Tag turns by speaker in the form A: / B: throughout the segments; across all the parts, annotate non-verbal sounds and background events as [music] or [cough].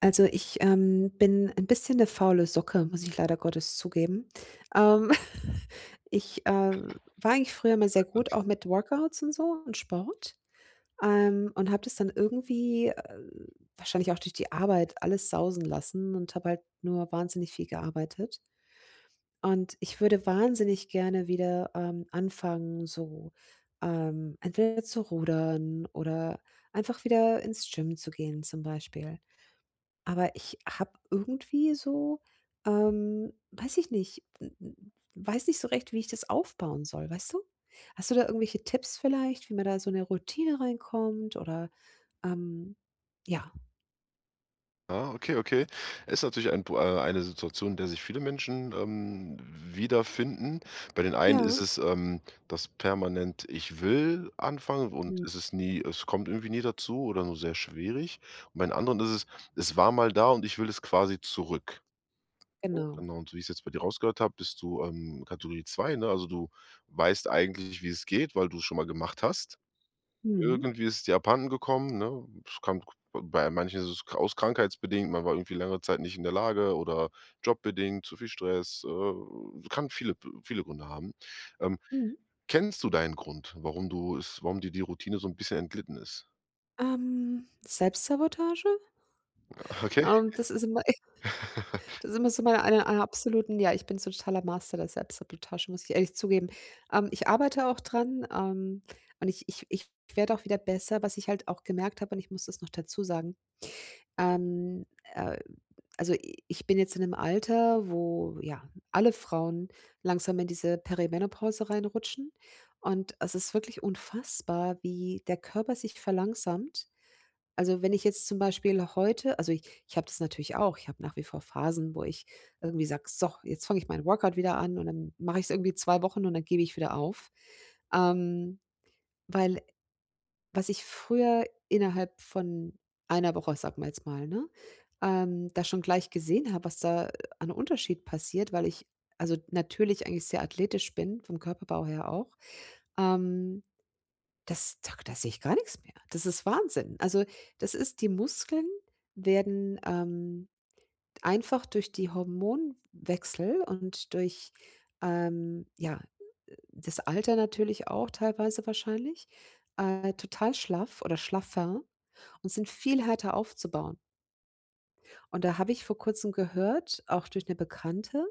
A: Also, ich, bin ein bisschen eine faule Socke, muss ich leider Gottes zugeben. Ähm, [laughs] ich, war eigentlich früher mal sehr gut, auch mit Workouts und so und Sport, und habe das dann irgendwie, wahrscheinlich auch durch die Arbeit alles sausen lassen und habe halt nur wahnsinnig viel gearbeitet. Und ich würde wahnsinnig gerne wieder, anfangen, so, entweder zu rudern oder einfach wieder ins Gym zu gehen zum Beispiel. Aber ich habe irgendwie so, weiß ich nicht, n n weiß nicht so recht, wie ich das aufbauen soll, weißt du? Hast du da irgendwelche Tipps vielleicht, wie man da so eine Routine reinkommt oder, ähm ja.
B: Ah, okay, okay. Ist natürlich ein Pro eine Situation, in der sich viele Menschen, wiederfinden. Bei den einen
A: Ja,
B: ist es, das permanent „Ich will“ anfangen und
A: mhm,
B: es ist nie es kommt irgendwie nie dazu oder nur sehr schwierig. Und bei den anderen ist es: „Es war mal da und ich will es quasi zurück.“ Ne?
A: genau.
B: Genau, und so wie ich's jetzt bei dir rausgehört habe, bist du, Kategorie 2, ne? Also, du weißt eigentlich, wie es geht, weil du's schon mal gemacht hast.
A: Mhm,
B: Irgendwie ist die abhanden gekommen, ne? Es kann bei manchen ist es aus krankheitsbedingt, man war irgendwie längere Zeit nicht in der Lage oder jobbedingt, zu viel Stress, kann viele Gründe haben. Ähm,
A: mhm.
B: kennst du deinen Grund, warum du es warum dir die Routine so ein bisschen entglitten ist?
A: Selbstsabotage?
B: Okay.
A: Das ist immer [laughs]
B: [laughs]
A: Das ist immer so meine eine einer absoluten ja, ich bin so totaler Master der Selbstsabotage, muss ich ehrlich zugeben. Ich arbeite auch dran, und ich werde auch wieder besser, was ich halt auch gemerkt habe und ich muss das noch dazu sagen. Ähm, äh, also i ich bin jetzt in 'nem Alter, wo, ja, alle Frauen langsam in diese Perimenopause reinrutschen, und es ist wirklich unfassbar, wie der Körper sich verlangsamt. Also, wenn ich jetzt zum Beispiel heute, also, ich habe das natürlich auch. Ich habe nach wie vor Phasen, wo ich irgendwie sage: „So, jetzt fange ich meinen Workout wieder an“, und dann mache ich es irgendwie 2 Wochen und dann gebe ich wieder auf. Ähm, Weil was ich früher innerhalb von einer Woche, sagen wir jetzt mal, ne, da schon gleich gesehen habe, was da an Unterschied passiert, weil ich, also, natürlich eigentlich sehr athletisch bin, vom Körperbau her auch. Ähm Das da sehe ich gar nichts mehr. Das ist Wahnsinn. Also, das ist, die Muskeln werden, einfach durch die Hormonwechsel und durch, ja, das Alter natürlich auch teilweise wahrscheinlich, total schlaff oder schlaffer, und sind viel härter aufzubauen. Und da habe ich vor Kurzem gehört, auch durch eine Bekannte,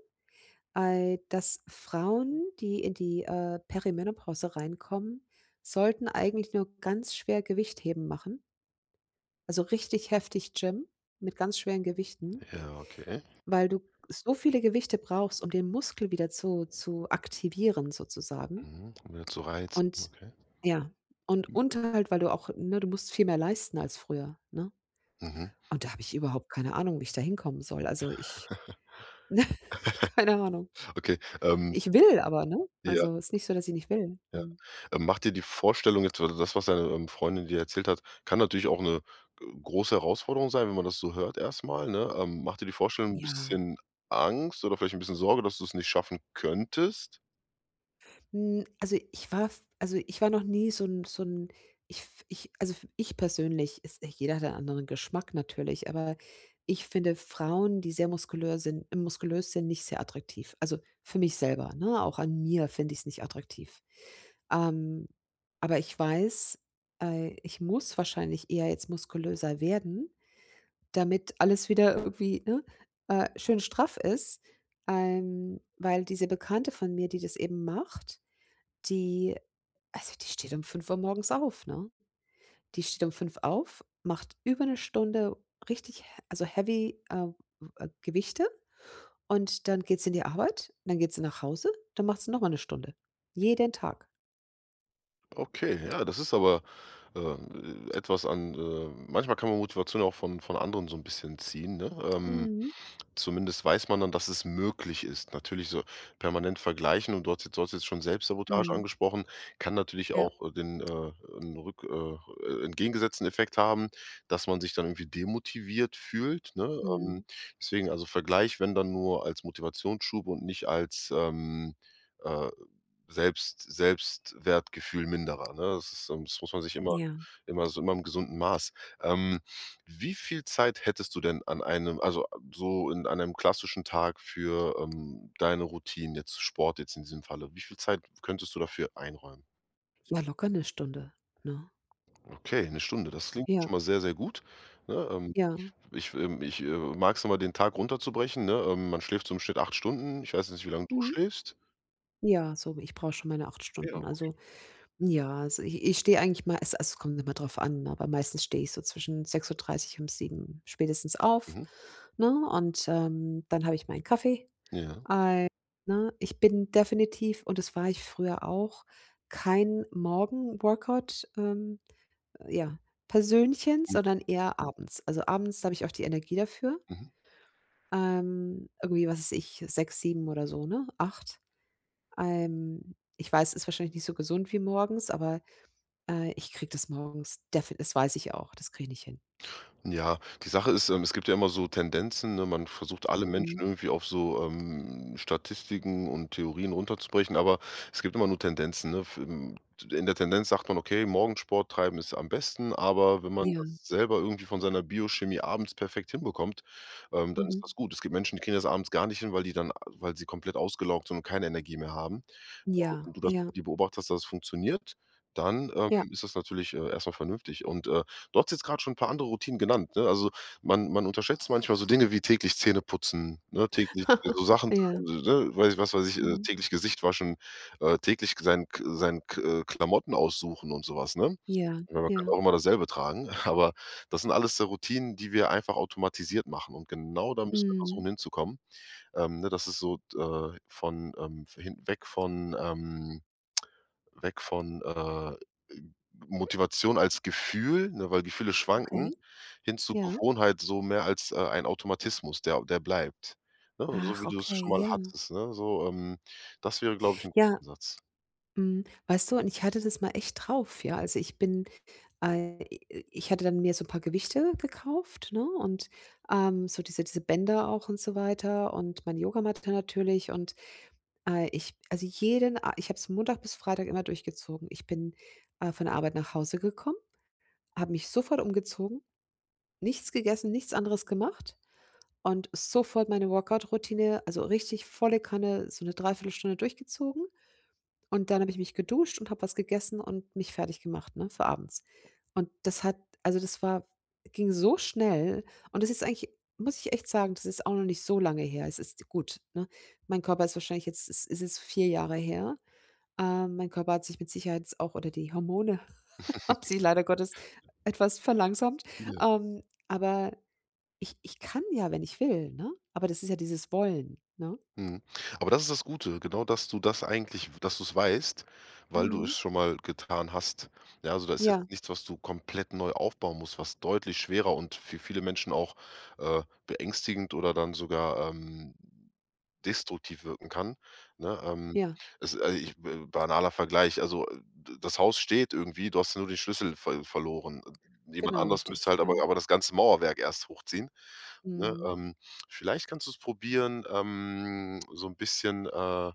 A: dass Frauen, die in die, Perimenopause reinkommen, sollten eigentlich nur ganz schwer Gewichtheben machen. Also, richtig heftig Gym mit ganz schweren Gewichten,
B: Ja, okay.
A: weil du so viele Gewichte brauchst, um den Muskel wieder zu aktivieren sozusagen.
B: Mhm. Wieder zu Reiz.
A: Und
B: Okay.
A: ja, und Unterhalt, weil du auch, ne, du musst viel mehr leisten als früher, ne?
B: Mhm.
A: Und da habe ich überhaupt keine Ahnung, wie ich da hinkommen soll. Also, ich
B: [laughs]
A: [laughs] keine Ahnung.
B: Okay,
A: Ich will aber, ne?
B: ja.
A: Also, ist nicht so, dass ich nicht will.
B: Ja.
A: Mhm.
B: Macht dir die Vorstellung jetzt oder das, was deine, Freundin dir erzählt hat, kann natürlich auch eine große Herausforderung sein, wenn man das so hört erstmal, ne? Macht dir die Vorstellung ein
A: Ja.
B: bisschen Angst oder vielleicht ein bisschen Sorge, dass du es nicht schaffen könntest?
A: Hm, also ich war f also ich war noch nie so ein, so ein ich f ich also f ich persönlich, ist jeder hat einen anderen Geschmack natürlich, aber ich finde Frauen, die sehr muskulös sind, nicht sehr attraktiv. Also für mich selber, ne? Auch an mir finde ich es nicht attraktiv. Ähm, aber ich weiß, ich muss wahrscheinlich eher jetzt muskulöser werden, damit alles wieder irgendwie, ne, schön straff ist, weil diese Bekannte von mir, die das eben macht, die, also, die steht um 5 Uhr morgens auf, ne? Die steht um fünf auf, macht über eine Stunde richtig he also heavy, Gewichte, und dann geht sie in die Arbeit, dann geht sie nach Hause, dann macht sie noch mal 'ne Stunde. Jeden Tag.
B: Okay, ja, das ist aber, etwas an manchmal kann man Motivation auch von anderen so ein bisschen ziehen, ne? Ähm,
A: Mhm,
B: zumindest weiß man dann, dass es möglich ist. Natürlich so permanent vergleichen und dort, jetzt du jetzt schon Selbstsabotage
A: mhm,
B: angesprochen, kann natürlich
A: ja,
B: auch, den, 'n rück entgegengesetzten Effekt haben, dass man sich dann irgendwie demotiviert fühlt, ne?
A: mhm,
B: Deswegen also Vergleich, wenn dann nur als Motivationsschub und nicht als, äh, Selbstwertgefühl Minderer, ne? Das ist, ähm, das muss man sich immer,
A: ja.
B: immer im gesunden Maß. Ähm wie viel Zeit hättest du denn an einem, also, so in einem klassischen Tag für, deine Routinen, jetzt Sport jetzt in diesem Falle? Wie viel Zeit könntest du dafür einräumen?
A: Ja, locker eine Stunde, ne?
B: Okay, eine Stunde, das klingt
A: Ja,
B: schon mal sehr, sehr gut, ne?
A: ja,
B: Ich mag es immer, den Tag runterzubrechen, ne? Man schläft so im Schnitt 8 Stunden. Ich weiß jetzt nicht, wie lange du
A: mhm.
B: schläfst.
A: Ja, so, ich brauche schon meine acht
B: Ja.
A: Stunden. Also ja, also ich stehe eigentlich, mal, es, also, es kommt immer drauf an, ne, aber meistens stehe ich so zwischen 6:30 und 7 spätestens auf,
B: Mhm.
A: ne? Und, dann habe ich meinen Kaffee,
B: Ja.
A: ne? Ich bin definitiv, und das war ich früher auch, kein Morgen-Workout, ja, Persönchen,
B: Mhm.
A: sondern eher abends. Also, abends habe ich auch die Energie dafür.
B: Mhm.
A: Irgendwie, was weiß ich, 6, 7 oder so, ne? Acht. Ich weiß, ist wahrscheinlich nicht so gesund wie morgens, aber ich kriege das morgens, defi, das weiß ich auch, das kriege ich hin.
B: Ja, die Sache ist, es gibt ja immer so Tendenzen, ne? Man versucht alle Mhm. Menschen
A: Mhm.
B: irgendwie auf so, Statistiken und Theorien runterzubrechen, aber es gibt immer nur Tendenzen, ne? F in der Tendenz sagt man: „Okay, morgens Sport treiben ist am besten“, aber wenn man
A: Ja.
B: das selber irgendwie von seiner Biochemie abends perfekt hinbekommt, dann ist
A: Mhm.
B: das gut. Es gibt Menschen, die kriegen das abends gar nicht hin, weil die dann weil sie komplett ausgelaugt sind und keine Energie mehr haben. Ja, wenn
A: Ja,
B: du das bei
A: ja,
B: dir beobachtest, dass es funktioniert, dann,
A: ja.
B: ist das natürlich, erst vernünftig. Und, du hast jetzt gerade schon ein paar andere Routinen genannt, ne? Also, man unterschätzt manchmal so Dinge wie täglich Zähne putzen, ne, täglich so
A: [laughs]
B: Sachen,
A: Ja.
B: ne, weiß was weiß ich,
A: Mhm.
B: täglich Gesicht waschen, täglich sein Klamotten aussuchen und sowas, ne?
A: Ja,
B: Ich meine, man könnte
A: ja.
B: auch immer dasselbe tragen, [laughs] aber das sind alles so Routinen, die wir einfach automatisiert machen. Und genau da müssen wir
A: Mhm.
B: versuchen hinzukommen, ne, das ist so, von, weg von, Motivation als Gefühl, ne, weil Gefühle schwanken,
A: Okay.
B: hin zu
A: Ja.
B: Gewohnheit, so mehr als, ein Automatismus, der bleibt, ne? So
A: Ach,
B: wie du es schon
A: okay,
B: mal
A: ja.
B: hattest, ne? So, das wäre, glaube ich, ein guter
A: Ja,
B: Ansatz.
A: mhm. Weißt du, und ich hatte das mal echt drauf, ja. Also, ich bin i ich hatte dann mir so 'n paar Gewichte gekauft, ne, und, so diese Bänder auch, und so weiter, und meine Yogamatte natürlich, und ich, also, jeden A ich habe es Montag bis Freitag immer durchgezogen. Ich bin, von der Arbeit nach Hause gekommen, habe mich sofort umgezogen, nichts gegessen, nichts anderes gemacht, und sofort meine Workout-Routine, also, richtig volle Kanne, so eine 3 Stunde durchgezogen. Und dann habe ich mich geduscht und habe was gegessen und mich fertig gemacht, ne, für abends. Und das hat, also, das war, ging so schnell, und das ist eigentlich, muss ich echt sagen, das ist auch noch nicht so lange her. Es ist gut, ne? Mein Körper ist wahrscheinlich jetzt, es ist jetzt 4 Jahre her. Mein Körper hat sich mit Sicherheit auch, oder die Hormone [laughs] haben
B: [laughs]
A: sich leider Gottes etwas verlangsamt.
B: Ja.
A: Aber ich kann ja, wenn ich will, ne? Aber das ist ja dieses Wollen, ne?
B: Mhm. Aber das ist das Gute, genau, dass du es weißt, weil du es
A: Mhm.
B: schon mal getan hast. Ja, also, da ist
A: Ja,
B: jetzt nichts, was du komplett neu aufbauen musst, was deutlich schwerer und für viele Menschen auch, äh, beängstigend oder dann sogar, destruktiv wirken kann, ne?
A: ja,
B: Es ich b banaler Vergleich, also, d das Haus steht irgendwie, du hast nur den Schlüssel verloren. Jemand
A: genau,
B: anders müsste
A: richtig.
B: halt aber
A: Ja.
B: aber das ganze Mauerwerk erst hochziehen, ne?
A: Mhm.
B: Vielleicht kannst du es probieren, so ein bisschen, äh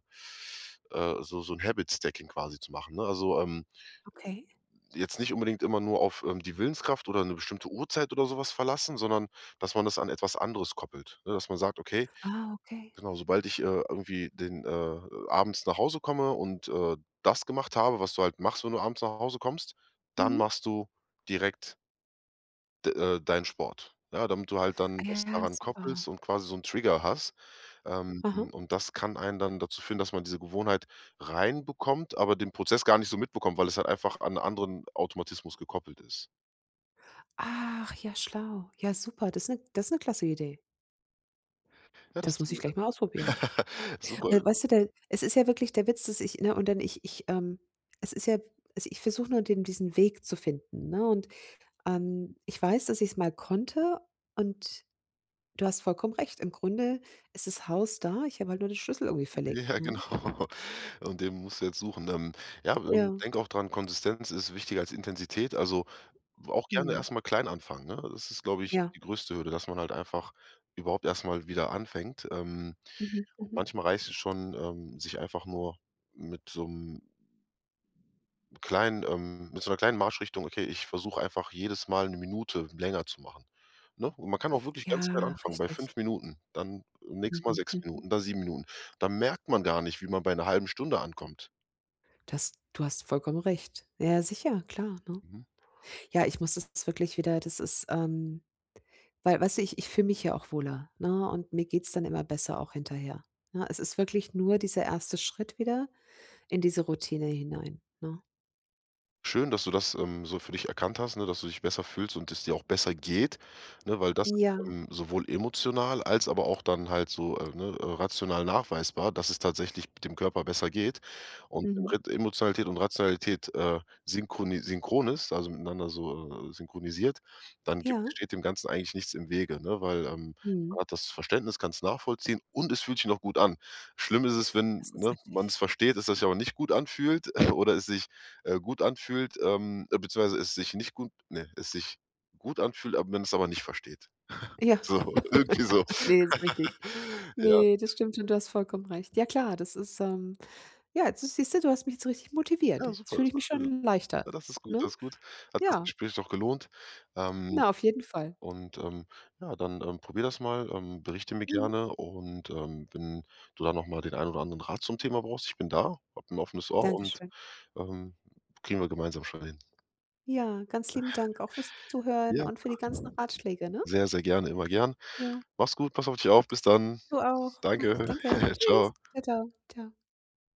B: äh, so ein Habit Stacking quasi zu machen, ne? Also,
A: Okay.
B: jetzt nicht unbedingt immer nur auf, die Willenskraft oder eine bestimmte Uhrzeit oder sowas verlassen, sondern dass man das an etwas anderes koppelt, ne? Dass man sagt: „Okay,
A: Ah, okay.
B: genau, sobald ich, irgendwie abends nach Hause komme und, das gemacht habe, was du halt machst, wenn du abends nach Hause kommst, dann
A: Mhm.
B: machst du direkt d deinen Sport. Ja, damit du halt dann
A: Ah,
B: das
A: ja,
B: daran
A: super.
B: koppelst und quasi so einen Trigger hast. Ähm,
A: Aha.
B: und das kann einen dann dazu führen, dass man diese Gewohnheit reinbekommt, aber den Prozess gar nicht so mitbekommt, weil es halt einfach an 'n anderen Automatismus gekoppelt ist.
A: Ach ja, schlau. Ja, super. Das ist eine, das ist eine klasse Idee.
B: Ja, das
A: Das muss ich gleich mal ausprobieren.
B: [laughs] super.
A: Weil, weißt du, der, es ist ja wirklich der Witz, dass ich, ne, und dann es ist ja, also, ich versuche nur, den diesen Weg zu finden, ne? Und, ich weiß, dass ich es mal konnte, und du hast vollkommen recht. Im Grunde ist das Haus da, ich habe halt nur den Schlüssel irgendwie verlegt,
B: Ja, genau.
A: ne?
B: [laughs] Und den musst du jetzt suchen. Ja,
A: Ja,
B: denke auch dran, Konsistenz ist wichtiger als Intensität. Also auch gerne
A: mhm,
B: erstmal klein anfangen, ne? Das ist, glaube ich,
A: ja,
B: die größte Hürde, dass man halt einfach überhaupt erstmal wieder anfängt.
A: mhm, mhm.
B: Manchmal reicht es schon, sich einfach nur mit so 'm kleinen mit so einer kleinen Marschrichtung: „Okay, ich versuche einfach jedes Mal eine Minute länger zu machen.“ Ne? Und man kann auch wirklich ganz
A: Ja,
B: klein anfangen bei
A: richtig.
B: 5 Minuten, dann nächstes Mal
A: Mhm,
B: 6
A: mhm.
B: Minuten, dann 7 Minuten. Dann merkt man gar nicht, wie man bei einer halben Stunde ankommt.
A: Das, du hast vollkommen recht. Ja, sicher, klar, ne?
B: Mhm.
A: Ja, ich muss das wirklich wieder, das ist, weil, weißt du, ich fühle mich ja auch wohler, ne, und mir geht's dann immer besser auch hinterher, ne? Es ist wirklich nur dieser erste Schritt wieder in diese Routine hinein, ne?
B: Schön, dass du das, so für dich erkannt hast, ne, dass du dich besser fühlst und es dir auch besser geht, ne, weil das ist,
A: Ja,
B: sowohl emotional als aber auch dann halt so, ne, rational nachweisbar, dass es tatsächlich dem Körper besser geht. Und wenn
A: mhm.
B: Rit Emotionalität und Rationalität, synchron ist, also miteinander so, synchronisiert, dann gibt
A: Ja,
B: steht dem Ganzen eigentlich nichts im Wege, ne, weil,
A: mhm.
B: man hat das Verständnis, kann es nachvollziehen und es fühlt sich noch gut an. Schlimm ist es, wenn,
A: Das ist
B: ne, man
A: richtig.
B: es versteht, es sich aber nicht gut anfühlt, [laughs] oder es sich gut anfühlt, beziehungsweise es sich nicht gut ne, es sich gut anfühlt, aber man es nicht versteht.
A: Ja,
B: So, [laughs] irgendwie so.
A: [laughs] nee, ist richtig.
B: Ja,
A: Nee, das stimmt, und du hast vollkommen recht. Ja, klar, das ist, ja, jetzt ist, siehst du, du hast mich jetzt richtig motiviert.
B: ja,
A: Jetzt
B: super,
A: fühle
B: das
A: ich
B: war
A: mich
B: schön.
A: schon leichter,
B: Ja, das ist gut,
A: ne?
B: das ist gut. Hat das
A: Ja,
B: Gespräch doch gelohnt. Ähm,
A: na, auf jeden Fall.
B: und, ja, dann, probier das mal, berichte mir
A: Mhm.
B: gerne und, wenn du da noch mal den einen oder anderen Rat zum Thema brauchst, ich bin da, habe ein offenes Ohr und,
A: Dankeschön.
B: ähm, kriegen wir gemeinsam schon hin.
A: Ja, ganz lieben Dank auch fürs Zuhören
B: Ja,
A: und für die ganzen
B: klar.
A: Ratschläge, ne?
B: Sehr, sehr gerne, immer gern.
A: Ja.
B: Mach's gut, pass auf dich auf, bis dann.
A: Du auch. Ich.
B: Danke.
A: Danke.
B: [laughs] Ciao.
A: Tschüss. Ciao. Ciao. Tschau.